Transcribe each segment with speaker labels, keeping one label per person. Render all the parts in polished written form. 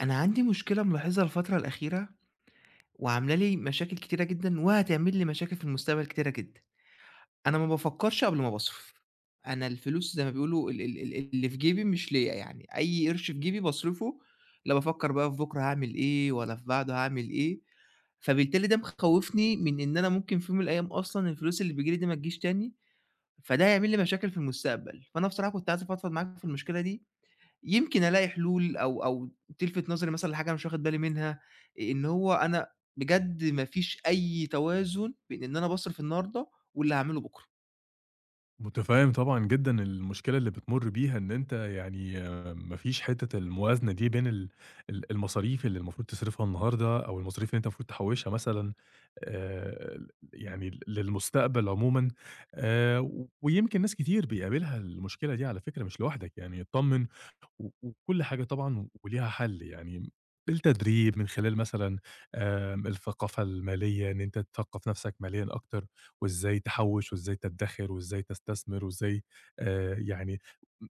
Speaker 1: أنا عندي مشكلة ملاحظها الفترة الأخيرة، وعاملة لي مشاكل كتيرة جدًا، وهتعمل لي مشاكل في المستقبل كتيرة جدًا. أنا ما بافكّرش قبل ما باصرف. أنا الفلوس زي ما بيقولوا ال اللي في جيبي مش ليّا يعني، أي قرش في جيبي باصرفه. لا بافكّر بقى في بُكرة هاعمل إيه، ولا في بعده هاعمل إيه. فبالتالي ده مخوّفني من إن أنا ممكن في يوم من الأيام أصلًا الفلوس اللي بتيجي لي دي ما تجيش تاني، فده هيعمل لي مشاكل في المستقبل. فأنا بصراحة كنت عايز أفضفض معاك في المشكلة دي. يمكن ألاقي حلول أو تلفت نظري مثلًا لحاجة أنا مش واخد بالي منها، إن هو أنا بجد ما فيش أي توازن بين إن أنا باصرف النهارده واللي هاعمله بُكرة.
Speaker 2: متفهم طبعًا جدًا المشكلة اللي بتمُر بيها، إن أنت يعني ما فيش حتّة الموازنة دي بين ال المصاريف اللي المفروض تصرفها النهارده، أو المصاريف اللي أنت المفروض تحوّشها مثلًا ل يعني للمستقبل عمومًا. ويمكن ناس كتير بيقابلها المشكلة دي على فكرة مش لوحدك يعني اتطمن. و وكل حاجة طبعًا وليها حل يعني، بالتدريب من خلال مثلًا الثقافة المالية، إن أنت تثقّف نَفْسك ماليًا أكتر. وإزاي تحوّش وإزاي تدّخر وإزاي تستثمر وإزاي يعني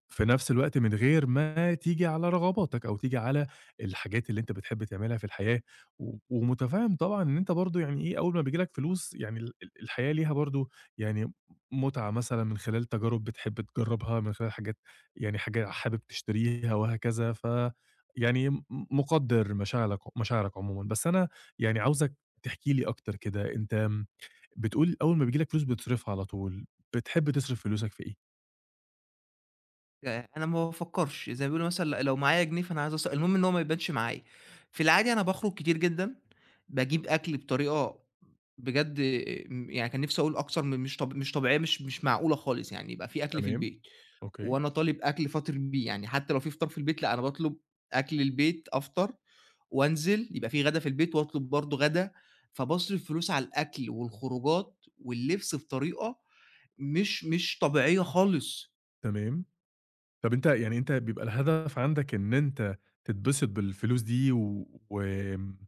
Speaker 2: في نفس الوقت من غير ما تيجي على رغباتك أو تيجي على الحاجات اللي أنت بتحب تعملها في الحياة. و ومُتفهِّم طبعًا إن أنت برضه يعني إيه، أول ما بييجي لك فلوس يعني ال ال الحياة ليها برضه يعني مُتعة مثلًا من خلال تجارب بتحب تجرّبها، من خلال حاجات يعني حاجة حابب تشتريها وهكذا. يعني م مُقدّر مشاعلك مشاعرك عمومًا. بس أنا يعني عاوزك تحكي لي أكتر كده، أنت بتقول أول ما بييجي لك فلوس بتصرفها على طول، بتحب تصرف فلوسك في إيه؟
Speaker 1: يعني أنا ما بافكّرش، زي ما بيقولوا مثلًا لو معايا جنيه فأنا عايز المهم إن هو ما يبانش معايا. في العادي أنا باخرج كتير جدًا، باجيب أكل بطريقة بجد، يعني كان نِفْسي أقول أكتر من مش طبيعية، مش معقولة خالص يعني، يبقى في أكل في
Speaker 2: تمام،
Speaker 1: البيت
Speaker 2: أوكي،
Speaker 1: وأنا طالب أكل فاطر بيه، يعني حتى لو في فطار في البيت لأ، أنا باطلب أكل البيت أفطر وأنزل، يبقى في غدا في البيت وأطلب برضه غدا. فباصرف فلوس على الأكل والخروجات واللبس بطريقة مش طبيعية خالص.
Speaker 2: تمام. طَب أنت يعني أنت بيبقى الهدف عندك إن أنت تتبسط بالفلوس دي و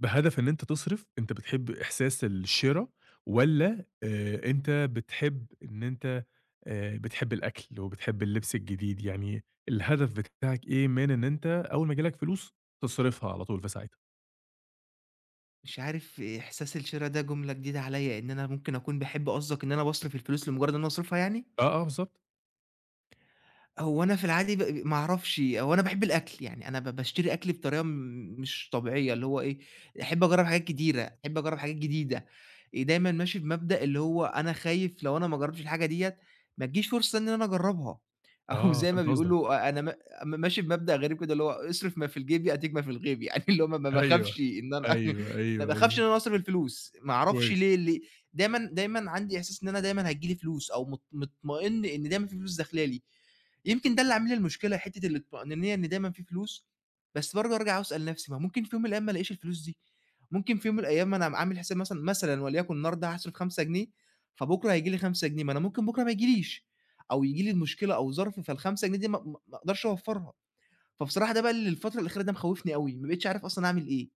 Speaker 2: بهدف إن أنت تصرف، أنت بتحب إحساس الشِرا والّا أنت بتحب إن أنت بتحب الأكل وبتحب اللبس الجديد، يعني الهدف بتاعك إيه من إن أنت أول ما ييجي لك فلوس تصرفها على طول في ساعتها؟
Speaker 1: مش عارف إيه، إحساس الشِرا ده جملة جديدة عليّا. إن أنا ممكن أكون باحب قصدك إن أنا باصرف الفلوس لمجرد إن أنا أصرفها يعني؟
Speaker 2: آه، آه، بالضبط.
Speaker 1: هو أنا في العادي ما أعرفش هو أنا باحب الأكل. يعني أنا باشتري أكل بطريقة مش طبيعية، اللي هو إيه، أحب أجرّب حاجات كتيرة، أحب أجرّب حاجات جديدة. دايمًا ماشي بمبدأ اللي هو أنا خايف لو أنا ما جرّبتش الحاجة ديّة ما تجيش فرصة إن أنا أجرّبها. أو
Speaker 2: آه،
Speaker 1: زي ما
Speaker 2: فهمت قصدك.
Speaker 1: بيقولوا أ أنا ما ماشي بمبدأ غريب كده اللي هو اصرف ما في الجيب يأتيك ما في الغيب. يعني اللي هو ما
Speaker 2: أيوه،
Speaker 1: باخافش إن أنا
Speaker 2: أيوه،
Speaker 1: ما
Speaker 2: أيوه،
Speaker 1: باخافش
Speaker 2: أيوه.
Speaker 1: إن أنا أصرف الفلوس. ما أعرفش
Speaker 2: كويس.
Speaker 1: ليه ليه. دايمًا دايمًا عندي إحساس إن أنا دايمًا هتيجي لي فلوس، أو مطمئن إن دايمًا في فلوس داخلة لي. يمكن ده اللي عامل لي المشكلة، حتّة الطمأنينية إن دايمًا في فلوس. بس برضه أرجع أسأل نفْسي ما ممكن في يوم من الأيام ما ألاقيش الفلوس دي، ممكن في يوم من الأيام أنا عامل حساب مثلًا وليكن النهارده هاصرف 5 جنيه، فبكرة هييجي لي 5 جنيه، ما أنا ممكن بكرة ما يجيليش، أو ييجي لي مشكلة أو ظرف، فال5 جنيه دي ما أقدرش أوفّرها. فبصراحة ده بقى اللي الفترة الأخيرة ده مخوّفني أوي، ما بقيتش عارف أصلًا أعمل إيه.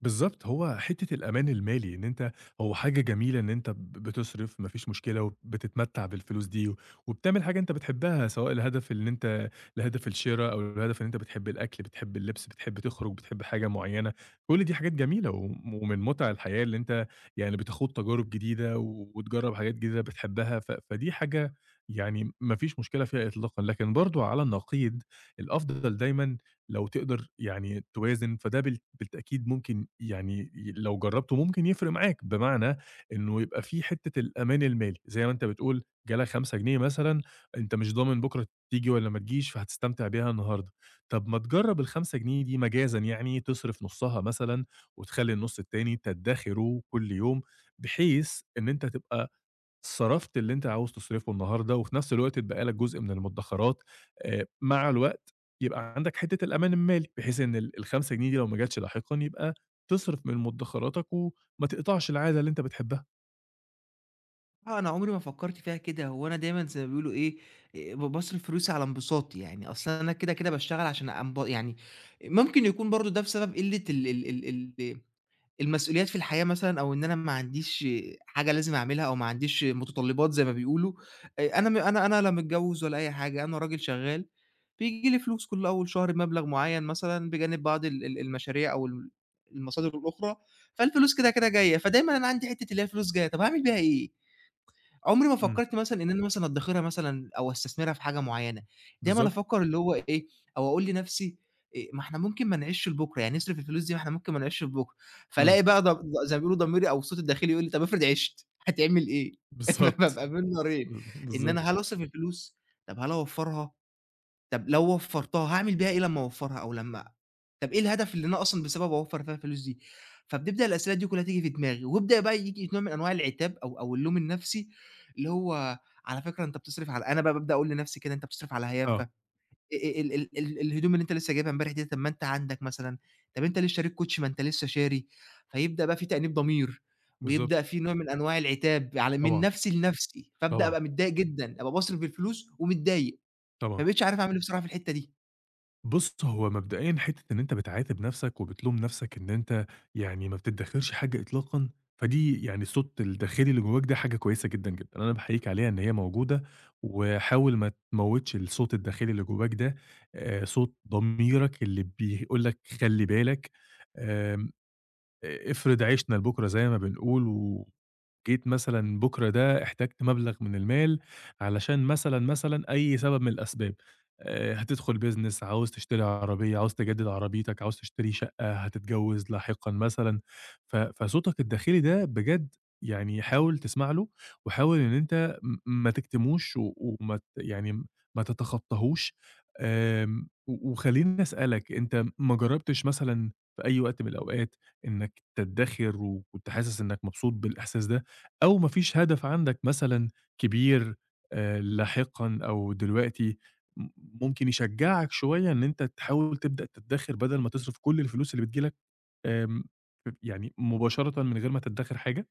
Speaker 2: بالضبط، هو حتّة الأمان المالي إن أنت هو حاجة جميلة إن أنت بتصرف ما فيش مشكلة وبتتمتّع بالفلوس دي، وبتعمل حاجة أنت بتحبها سواء الهدف اللي أنت لهدف الشرا أو لهدف إن أنت بتحب الأكل، بتحب اللبس، بتحب تخرج، بتحب حاجة معيّنة، كل دي حاجات جميلة ومن مُتع الحياة اللي أنت يعني بتخوض تجارب جديدة وتجرّب حاجات جديدة بتحبها. ف فدي حاجة يعني ما فيش مشكلة فيها إطلاقًا، لكن برضه على النقيض الأفضل دايمًا لو تقدر يعني توازن، فده بالتأكيد ممكن يعني لو جرّبته ممكن يفرق معاك، بمعنى إنه يبقى في حتّة الأمان المالي، زي ما أنت بتقول جالك 5 جنيه مثلًا، أنت مش ضامن بُكرة تيجي والّا ما تجيش، فهتستمتع بيها النهارده. طب ما تجرّب ال5 جنيه دي مجازًا يعني تصرف نُصّها مثلًا وتخلّي النُص التاني تدّخره كل يوم، بحيث إن أنت تبقى صرفت اللي أنت عاوز تصرفه النهارده، وفي نفس الوقت اتبقى لك جزء من المدخرات. مع الوقت يبقى عندك حتة الأمان المالي، بحيث إن ال ال5 جنيه دي لو ما جاتش لاحقًا يبقى تصرف من مدخراتك وما تقطعش العادة اللي أنت بتحبها.
Speaker 1: آه، أنا عمري ما فكّرت فيها كده. هو أنا دايمًا زي ما بيقولوا إيه، ب باصرف فلوسي على انبساطي، يعني أصل أنا كده، كده باشتغل عشان يعني ممكن يكون برضه ده بسبب قِلّة ال المسؤوليات في الحياة مثلًا أو إن أنا ما عنديش حاجة لازم أعملها أو ما عنديش متطلّبات زي ما بيقولوا. أنا م أنا أنا لا متجوّز ولا أي حاجة، أنا راجل شغّال، بييجي لي فلوس كل أول شهر بمبلغ معيّن مثلًا بجانب بعض ال المشاريع أو ال المصادر الأخرى. فالفلوس كده، كده جاية. فدايمًا أنا عندي حتّة اللي هي فلوس جاية، طَب هاعمل بيها إيه؟ عمري ما
Speaker 2: إمم،
Speaker 1: فكّرت مثلًا إن أنا مثلًا أدّخرها مثلًا أو أستثمرها في حاجة معيّنة. دايمًا
Speaker 2: بالضبط.
Speaker 1: أفكّر اللي هو إيه، أو أقول لنَفْسي ما إحنا ممكن ما نعيشش لبُكرة، يعني نصرف الفلوس دي، ما إحنا ممكن ما نعيشش لبُكرة.
Speaker 2: إمم،
Speaker 1: فالاقي بقى ض ض زي ما بيقولوا ضميري أو صوتي الداخلي يقول لي طَب افرض عِشت، هتعمل إيه؟
Speaker 2: بالضبط.
Speaker 1: فبابقى بين نارين.
Speaker 2: ب
Speaker 1: إن أنا
Speaker 2: بالضبط.
Speaker 1: هل أصرف الفلوس، طَب هل أوفّرها؟ طب لو وفّرتها هاعمل بيها إيه لمّا أوفّرها، أو لمّا طب إيه الهدف اللي أنا أصلًا بسبب أوفّر فيها الفلوس دي؟ فبتبدأ الأسئلة دي كلّها تيجي في دماغي، ويبدأ بقى ييجي نوع من أنواع العتاب أو اللوم النفسي، اللي هو على فكرة أنت بتصرف على، أنا بقى بابدأ أقول لنفسي كده أنت بتصرف على هيافة.
Speaker 2: آه،
Speaker 1: ال ال ال الهدوم اللي أنت لسه جايبها امبارح دي طب ما أنت عندك مثلًا، طب أنت ليه شاريك كوتشي ما أنت لسه شاري. فيبدأ بقى في تأنيب ضمير، ويبدأ
Speaker 2: بالضبط.
Speaker 1: في نوع من أنواع العتاب على من
Speaker 2: طبعًا،
Speaker 1: نفسي لنفسي. فابدأ
Speaker 2: طبعًا،
Speaker 1: أبقى متضايق جدًا، أبقى باصرف الفلوس ومتضايق. ما
Speaker 2: طبعًا.
Speaker 1: بقيتش عارف أعمل إيه بصراحة في الحتّة دي.
Speaker 2: بُص، هو مبدئيًا حتّة إن أنت بتعاتب نَفْسك وبتلوم نَفْسك إن أنت يعني ما بتدّخِرش حاجة إطلاقًا، فدي يعني الصوت الداخلي اللي جوّاك ده حاجة كويسة جدًا، جدًا. أنا باحييك عليها إن هي موجودة، وحاول ما تموِّتش الصوت الداخلي اللي جوّاك ده. صوت ضميرك اللي بيقول لك خلِّ بالك. آمم، أ افرض عِشْنا لبُكرة زي ما بنقول و جيت مثلًا بُكرة ده احتجت مبلغ من المال علشان مثلًا، مثلًا أي سبب من الأسباب. هتدخل business، عاوز تشتري عربية، عاوز تجدد عربيتك، عاوز تشتري شقة، هتتجوز لاحقًا مثلًا. ف فصوتك الداخلي ده بجد يعني حاول تسمع له، وحاول إن أنت ما تكتموش و وما ت يعني ما تتخطاهوش. و وخلّيني أسألك أنت ما جربتش مثلًا في أي وقت من الأوقات إنك تدّخر وكنت حاسس إنك مبسوط بالإحساس ده؟ أو ما فيش هدف عندك مثلًا كبير لاحقًا أو دلوقتي ممكن يشجّعك شوية إن أنت تحاول تبدأ تدّخر بدل ما تصرف كل الفلوس اللي بتيجي لك آمم ف يعني مباشرةً من غير ما تدّخر حاجة؟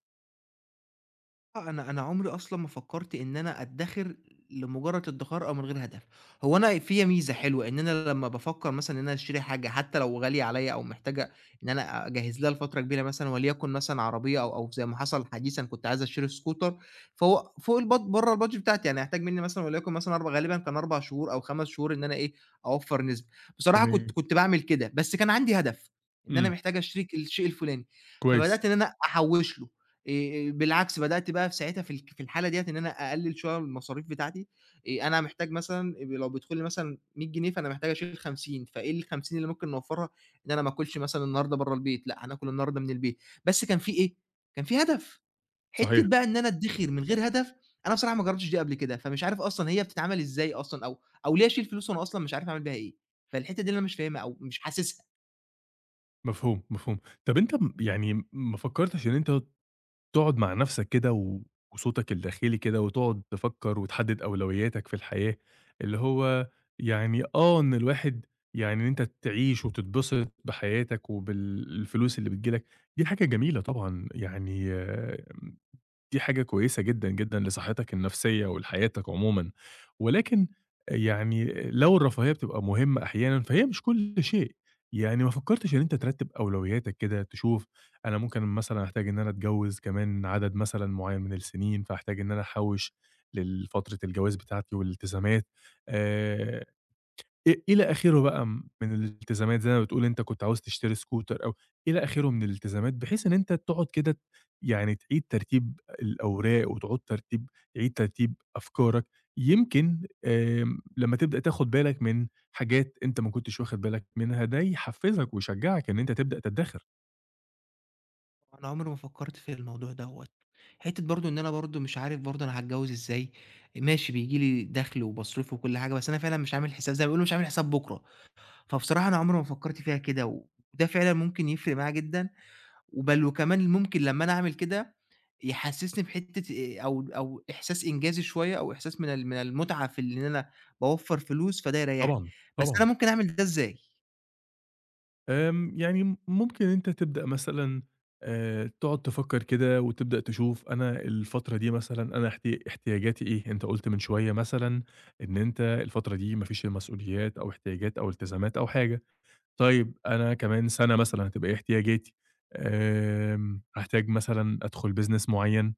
Speaker 1: آه، أنا عمري أصلًا ما فكّرت إن أنا أدّخر لمجرّد الادّخار أو من غير هدف. هو أنا فيّا ميزة حلوة إن أنا لمّا بافكّر مثلًا إن أنا أشتري حاجة حتى لو غالية عليّا أو محتاجة إن أنا أجهّز لها لفترة كبيرة، مثلًا وليكن مثلًا عربية، أو زي ما حصل حديثًا كنت عايز أشتري سكوتر. فهو فوق الباد، برّه الbudget بتاعتي، يعني هيحتاج منّي مثلًا وليكن مثلًا غالبًا كان 4 شهور أو 5 شهور إن أنا إيه، أوفّر نسبة. بصراحة كنت
Speaker 2: تمام.
Speaker 1: كنت باعمل كده، بس كان عندي هدف، إن أنا
Speaker 2: إمم،
Speaker 1: محتاج أشتري الشيء الفُلاني،
Speaker 2: كويس.
Speaker 1: فبدأت إن أنا أحوّش له. بالعكس بدأت بقى في ساعتها في الحالة ديّة إن أنا أقلِّل شوية من المصاريف بتاعتي. أنا محتاج مثلًا لو بيدخل لي مثلًا 100 جنيه فأنا محتاج أشيل 50، فإيه ال50 اللي ممكن نوفّرها؟ إن أنا ما آكلش مثلًا النهارده برّه البيت، لأ هناكل النهارده من البيت. بس كان في إيه، كان في هدف. حتّة
Speaker 2: صحيح.
Speaker 1: بقى إن أنا أدّخر من غير هدف، أنا بصراحة ما جرّبتش دي قبل كده، فمش عارف أصلًا هي بتتعمل إزاي أصلًا، أو ليه أشيل فلوس وأنا أصلًا مش عارف أعمل بيها إيه. فالحتّة دي اللي أنا مش فاهمها أو مش حاسسها.
Speaker 2: مفهوم، مفهوم. طب أنت يعني ما فكّرتش إن أنت تقعد مع نفسك كده و وصوتك الداخلي كده وتقعد تفكّر وتحدّد أولوياتك في الحياة، اللي هو يعني آه، إن الواحد يعني إن أنت تعيش وتتبسط بحياتك وبالفلوس اللي بتيجي لك، دي حاجة جميلة طبعًا يعني دي حاجة كويسة جدًا، جدًا لصحتك النفسية ولحياتك عمومًا. ولكن يعني لو الرفاهية بتبقى مهمة أحيانًا، فهي مش كل شيء. يعني ما فكّرتش إن أنت ترتّب أولوياتك كده، تشوف أنا ممكن مثلًا أحتاج إن أنا أتجوّز كمان عدد مثلًا معيّن من السنين، فاحتاج إن أنا أحوّش للفترة الجواز بتاعتي والالتزامات آآ إ إلى آخره بقى من الالتزامات زي ما بتقول أنت كنت عاوز تشتري سكوتر أو إلى آخره من الالتزامات، بحيث إن أنت تقعد كده يعني تعيد ترتيب الأوراق وتعود ترتيب تعيد ترتيب أفكارك. يمكن لمّا تبدأ تاخد بالك من حاجات أنت ما كنتش واخد بالك منها، ده يحفّزك ويشجّعك إن أنت تبدأ تدّخر.
Speaker 1: أنا عمري ما فكّرت في الموضوع دوّة، حتّة برضه إن أنا برضه مش عارف برضه أنا هاتجوّز إزاي. ماشي بييجي لي دَخْل وباصرفه وكل حاجة، بس أنا فعلًا مش عامل حساب، زي ما بيقولوا مش عامل حساب بُكرة. فبصراحة أنا عمري ما فكّرت فيها كده، وده فعلًا ممكن يفرق معايا جدًا. وكمان ممكن لمّا أنا أعمل كده يحسّسني بحتّة أو أو إحساس إنجازي شوية أو إحساس من المتعة في إن أنا باوفّر فلوس، فده يريّحني.
Speaker 2: طبعًا،
Speaker 1: بس أنا
Speaker 2: طبعًا.
Speaker 1: ممكن أعمل ده إزاي؟
Speaker 2: يعني ممكن أنت تبدأ مثلًا تقعد تفكّر كده وتبدأ تشوف أنا الفترة دي مثلًا أنا احتياجاتي إيه؟ أنت قُلت من شوية مثلًا إن أنت الفترة دي ما فيش مسؤوليات أو احتياجات أو التزامات أو حاجة، طيب أنا كمان سَنة مثلًا هتبقى إيه احتياجاتي؟ هاحتاج مثلًا أدخل business معيّن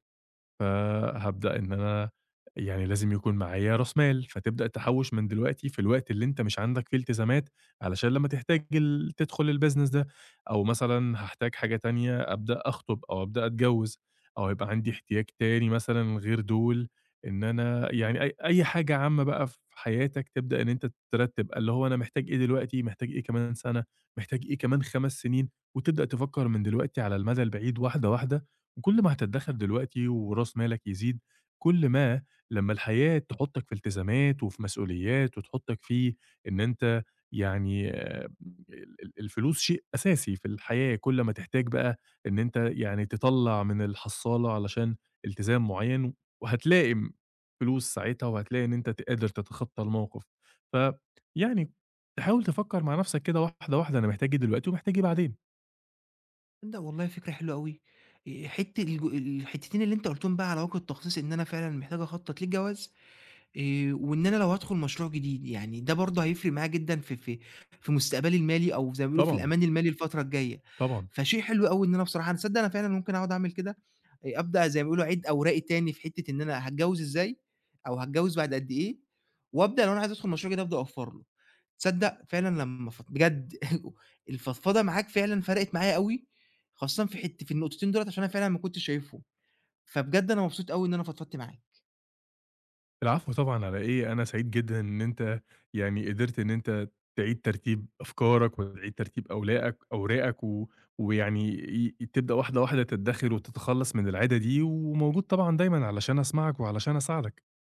Speaker 2: فهابدأ إن أنا يعني لازم يكون معايا راس مال، فتبدأ تحوّش من دلوقتي في الوقت اللي أنت مش عندك فيه التزامات، علشان لمّا تحتاج تدخل الbusiness ده، أو مثلًا هاحتاج حاجة تانية أبدأ أخطب أو أبدأ أتجوّز، أو هيبقى عندي احتياج تاني مثلًا غير دول، إن أنا يعني أي أي حاجة عامة بقى في حياتك تبدأ إن أنت ترتّب، اللي هو أنا محتاج إيه دلوقتي، محتاج إيه كمان سنة، محتاج إيه كمان 5 سنين، وتبدأ تفكّر من دلوقتي على المدى البعيد واحدة واحدة، وكل ما هتتدخل دلوقتي وراس مالك يزيد كل ما لما الحياه تحطك في التزامات وفي مسؤوليات وتحطك في انت يعني آه، الفلوس شيء اساسي في الحياه كل ما تحتاج بقى انت يعني تطلع من الحصاله علشان التزام معين وهتلاقي فلوس ساعتها وهتلاقي انت قادر تتخطى الموقف ف يعني تحاول تفكر مع نفسك كده واحده واحده انا محتاج ايه دلوقتي ومحتاج ايه بعدين.
Speaker 1: تصدق والله فكرة حلوة أوي. حتّة الحتّتين اللي أنت قُلتهم بقى على وجه التخصيص، إن أنا فعلًا محتاج أخطّط للجواز، وإن أنا لو هادخل مشروع جديد، يعني ده برضه هيفرق معايا جدًا في في مستقبلي المالي أو زي ما بيقولوا في
Speaker 2: طبعا،
Speaker 1: الأمان المالي الفترة الجاية.
Speaker 2: طبعا.
Speaker 1: فشيء حلو أوي. إن أنا بصراحة أنا تصدق أنا فعلًا ممكن أقعد أعمل كده؟ أبدأ زي ما بيقولوا أعيد أوراقي تاني في حتّة إن أنا هاتجوّز إزاي، أو هاتجوّز بعد قد إيه، وأبدأ لو أنا عايز أدخل مشروع كده أبدأ أوفّر له. تصدّق فعلًا لمّا بجد الفضفضة معاك فعلًا فرقِت معايا أوي، خاصةً في النقطتين دُولّة، عشان أنا فعلًا ما كنتش شايفهم. فبجد أنا مبسوط أوي إن أنا فضفضت معاك.
Speaker 2: العفو طبعًا على إيه، أنا سعيد جدًا إن أنت يعني قدرت إن أنت تعيد ترتيب أفكارك وتعيد ترتيب أوراقك و ويعني ي تبدأ واحدة واحدة تدّخر وتتخلّص من العادة دي، وموجود طبعًا دايمًا علشان أسمعك وعلشان أساعدك.